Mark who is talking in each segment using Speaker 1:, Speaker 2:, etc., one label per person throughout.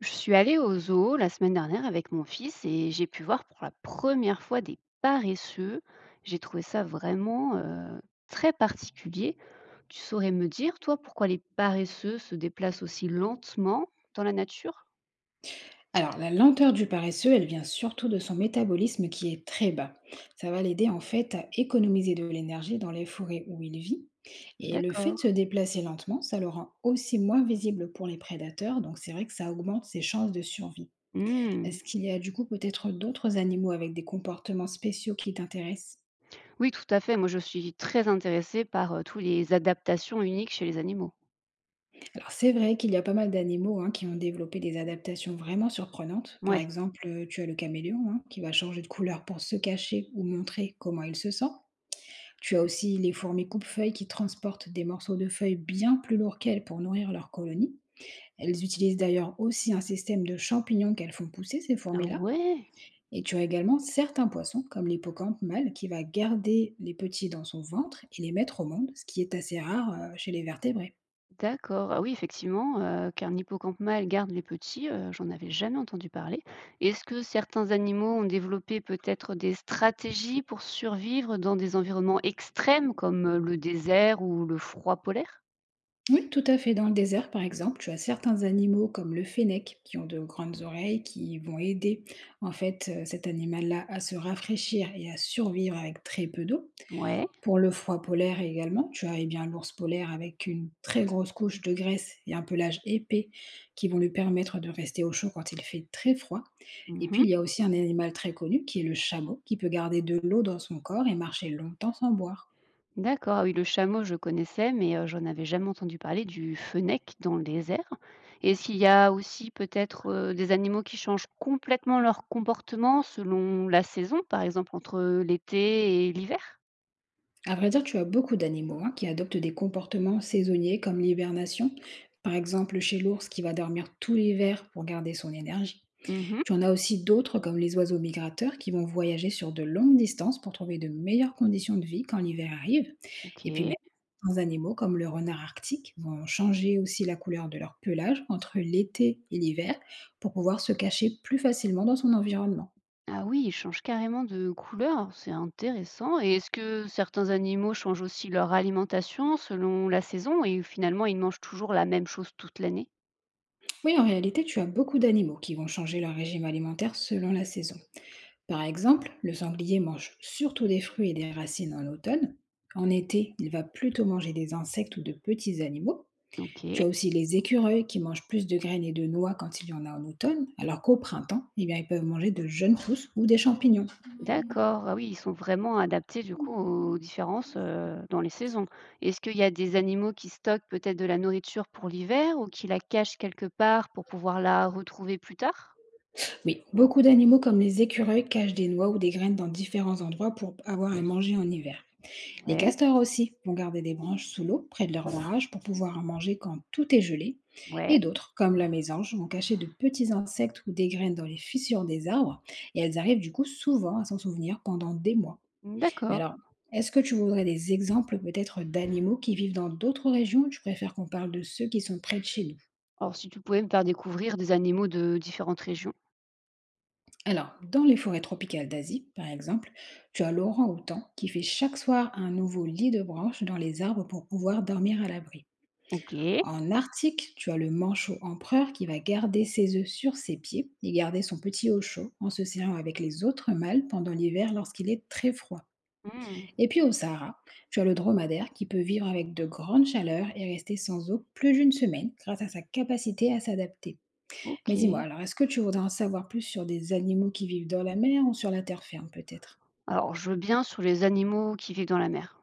Speaker 1: Je suis allée au zoo la semaine dernière avec mon fils et j'ai pu voir pour la première fois des paresseux. J'ai trouvé ça vraiment très particulier. Tu saurais me dire, toi, pourquoi les paresseux se déplacent aussi lentement dans la nature?
Speaker 2: Alors, la lenteur du paresseux, elle vient surtout de son métabolisme qui est très bas. Ça va l'aider en fait à économiser de l'énergie dans les forêts où il vit. Et le fait
Speaker 1: D'accord.
Speaker 2: de se déplacer lentement, ça le rend aussi moins visible pour les prédateurs, donc c'est vrai que ça augmente ses chances de survie.
Speaker 1: Hmm.
Speaker 2: Est-ce qu'il y a du coup peut-être d'autres animaux avec des comportements spéciaux qui t'intéressent?
Speaker 1: Oui, tout à fait. Moi, je suis très intéressée par toutes les adaptations uniques chez les animaux.
Speaker 2: Alors c'est vrai qu'il y a pas mal d'animaux hein, qui ont développé des adaptations vraiment surprenantes. Par
Speaker 1: Ouais.
Speaker 2: exemple, tu as le caméléon hein, qui va changer de couleur pour se cacher ou montrer comment il se sent. Tu as aussi les fourmis coupe-feuilles qui transportent des morceaux de feuilles bien plus lourds qu'elles pour nourrir leur colonie. Elles utilisent d'ailleurs aussi un système de champignons qu'elles font pousser, ces
Speaker 1: Ah
Speaker 2: fourmis-là.
Speaker 1: ouais.
Speaker 2: Et tu as également certains poissons, comme l'hippocampe mâle, qui va garder les petits dans son ventre et les mettre au monde, ce qui est assez rare, chez les vertébrés.
Speaker 1: D'accord. Ah oui, effectivement, qu'un hippocampe mâle garde les petits, j'en avais jamais entendu parler. Est-ce que certains animaux ont développé peut-être des stratégies pour survivre dans des environnements extrêmes comme, le désert ou le froid polaire?
Speaker 2: Oui, tout à fait. Dans le désert, par exemple, tu as certains animaux comme le fennec qui ont de grandes oreilles qui vont aider en fait, cet animal-là à se rafraîchir et à survivre avec très peu d'eau.
Speaker 1: Ouais.
Speaker 2: Pour le froid polaire également, tu as, eh bien, l'ours polaire avec une très grosse couche de graisse et un pelage épais qui vont lui permettre de rester au chaud quand il fait très froid. Et puis,
Speaker 1: Mmh.
Speaker 2: il y a aussi un animal très connu qui est le chameau, qui peut garder de l'eau dans son corps et marcher longtemps sans boire.
Speaker 1: D'accord. Ah oui, le chameau, je connaissais, mais, j'en avais jamais entendu parler du fennec dans le désert. Est-ce qu'il y a aussi peut-être, des animaux qui changent complètement leur comportement selon la saison, par exemple entre l'été et l'hiver?
Speaker 2: À vrai dire, tu as beaucoup d'animaux hein, qui adoptent des comportements saisonniers comme l'hibernation. Par exemple, chez l'ours qui va dormir tout l'hiver pour garder son énergie.
Speaker 1: Mmh.
Speaker 2: Tu en as aussi d'autres, comme les oiseaux migrateurs, qui vont voyager sur de longues distances pour trouver de meilleures conditions de vie quand l'hiver arrive. Et puis même,
Speaker 1: OK.
Speaker 2: certains animaux, comme le renard arctique, vont changer aussi la couleur de leur pelage entre l'été et l'hiver pour pouvoir se cacher plus facilement dans son environnement.
Speaker 1: Ah oui, ils changent carrément de couleur, c'est intéressant. Et est-ce que certains animaux changent aussi leur alimentation selon la saison et finalement ils mangent toujours la même chose toute l'année?
Speaker 2: Oui, en réalité, tu as beaucoup d'animaux qui vont changer leur régime alimentaire selon la saison. Par exemple, le sanglier mange surtout des fruits et des racines en automne. En été, il va plutôt manger des insectes ou de petits animaux. Tu
Speaker 1: OK,
Speaker 2: as aussi les écureuils qui mangent plus de graines et de noix quand il y en a en automne, alors qu'au printemps, eh bien, ils peuvent manger de jeunes pousses ou des champignons.
Speaker 1: d'accord. Ah oui, ils sont vraiment adaptés du coup aux différences dans les saisons. Est-ce qu'il y a des animaux qui stockent peut-être de la nourriture pour l'hiver ou qui la cachent quelque part pour pouvoir la retrouver plus tard?
Speaker 2: Oui, beaucoup d'animaux comme les écureuils cachent des noix ou des graines dans différents endroits pour avoir à manger en hiver. Les
Speaker 1: Ouais,
Speaker 2: castors aussi vont garder des branches sous l'eau près de leur barrage pour pouvoir en manger quand tout est gelé.
Speaker 1: ouais,
Speaker 2: Et d'autres, comme la mésange, vont cacher de petits insectes ou des graines dans les fissures des arbres et elles arrivent du coup souvent à s'en souvenir pendant des mois. Mais
Speaker 1: d'accord.
Speaker 2: alors, est-ce que tu voudrais des exemples peut-être d'animaux qui vivent dans d'autres régions ou tu préfères qu'on parle de ceux qui sont près de chez nous?
Speaker 1: Alors si tu pouvais me faire découvrir des animaux de différentes régions.
Speaker 2: Alors, dans les forêts tropicales d'Asie, par exemple, tu as l'orang-outan qui fait chaque soir un nouveau lit de branches dans les arbres pour pouvoir dormir à l'abri.
Speaker 1: OK.
Speaker 2: En Arctique, tu as le manchot empereur qui va garder ses œufs sur ses pieds et garder son petit au chaud en se serrant avec les autres mâles pendant l'hiver lorsqu'il est très froid.
Speaker 1: Hmm.
Speaker 2: Et puis au Sahara, tu as le dromadaire qui peut vivre avec de grandes chaleurs et rester sans eau plus d'une semaine grâce à sa capacité à s'adapter. Mais dis-moi,
Speaker 1: OK.
Speaker 2: alors est-ce que tu voudrais en savoir plus sur des animaux qui vivent dans la mer ou sur la terre ferme peut-être?
Speaker 1: Alors, je veux bien sur les animaux qui vivent dans la mer.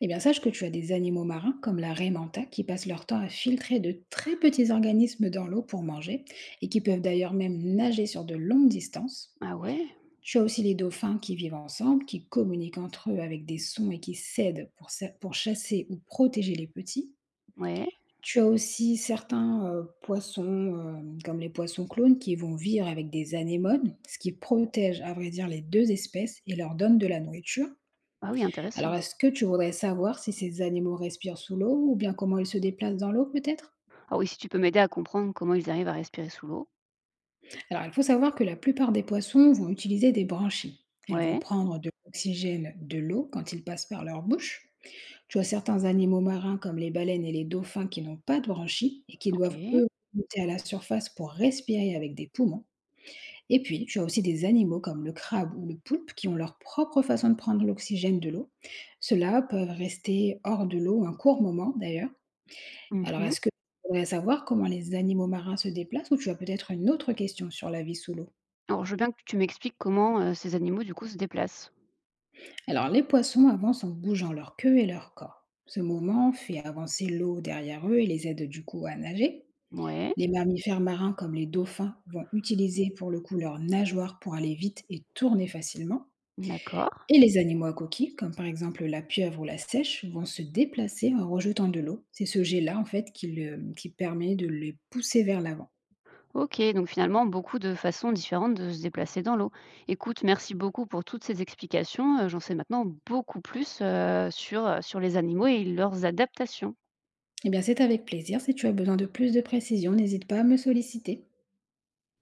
Speaker 2: Eh bien sache que tu as des animaux marins comme la raie manta qui passent leur temps à filtrer de très petits organismes dans l'eau pour manger et qui peuvent d'ailleurs même nager sur de longues distances.
Speaker 1: Ah ouais?
Speaker 2: Tu as aussi les dauphins qui vivent ensemble, qui communiquent entre eux avec des sons et qui s'aident pour, pour chasser ou protéger les petits.
Speaker 1: Ouais.
Speaker 2: Tu as aussi certains, poissons, comme les poissons clones qui vont vivre avec des anémones, ce qui protège à vrai dire les 2 espèces et leur donne de la nourriture.
Speaker 1: Ah oui,
Speaker 2: Alors
Speaker 1: intéressant.
Speaker 2: est-ce que tu voudrais savoir si ces animaux respirent sous l'eau ou bien comment ils se déplacent dans l'eau peut-être?
Speaker 1: Ah oui, si tu peux m'aider à comprendre comment ils arrivent à respirer sous l'eau.
Speaker 2: Alors il faut savoir que la plupart des poissons vont utiliser des branchies. Elles vont
Speaker 1: Ouais.
Speaker 2: prendre de l'oxygène de l'eau quand ils passent par leur bouche. Tu as certains animaux marins comme les baleines et les dauphins qui n'ont pas de branchies et qui doivent
Speaker 1: OK.
Speaker 2: eux monter à la surface pour respirer avec des poumons. Et puis, tu as aussi des animaux comme le crabe ou le poulpe qui ont leur propre façon de prendre l'oxygène de l'eau. Ceux-là peuvent rester hors de l'eau un court moment d'ailleurs. Alors,
Speaker 1: Mmh.
Speaker 2: est-ce que tu voudrais savoir comment les animaux marins se déplacent ou tu as peut-être une autre question sur la vie sous l'eau?
Speaker 1: Alors, je veux bien que tu m'expliques comment, ces animaux, du coup, se déplacent.
Speaker 2: Alors, les poissons avancent en bougeant leur queue et leur corps. Ce mouvement fait avancer l'eau derrière eux et les aide du coup à nager.
Speaker 1: Ouais,
Speaker 2: Les mammifères marins comme les dauphins vont utiliser pour le coup leurs nageoires pour aller vite et tourner facilement.
Speaker 1: d'accord.
Speaker 2: Et les animaux à coquilles, comme par exemple la pieuvre ou la seiche, vont se déplacer en rejetant de l'eau. C'est ce jet-là, en fait, qui, qui permet de les pousser vers l'avant.
Speaker 1: OK, donc finalement, beaucoup de façons différentes de se déplacer dans l'eau. Écoute, merci beaucoup pour toutes ces explications, j'en sais maintenant beaucoup plus, sur, sur les animaux et leurs adaptations.
Speaker 2: Eh bien, c'est avec plaisir. Si tu as besoin de plus de précision, n'hésite pas à me solliciter.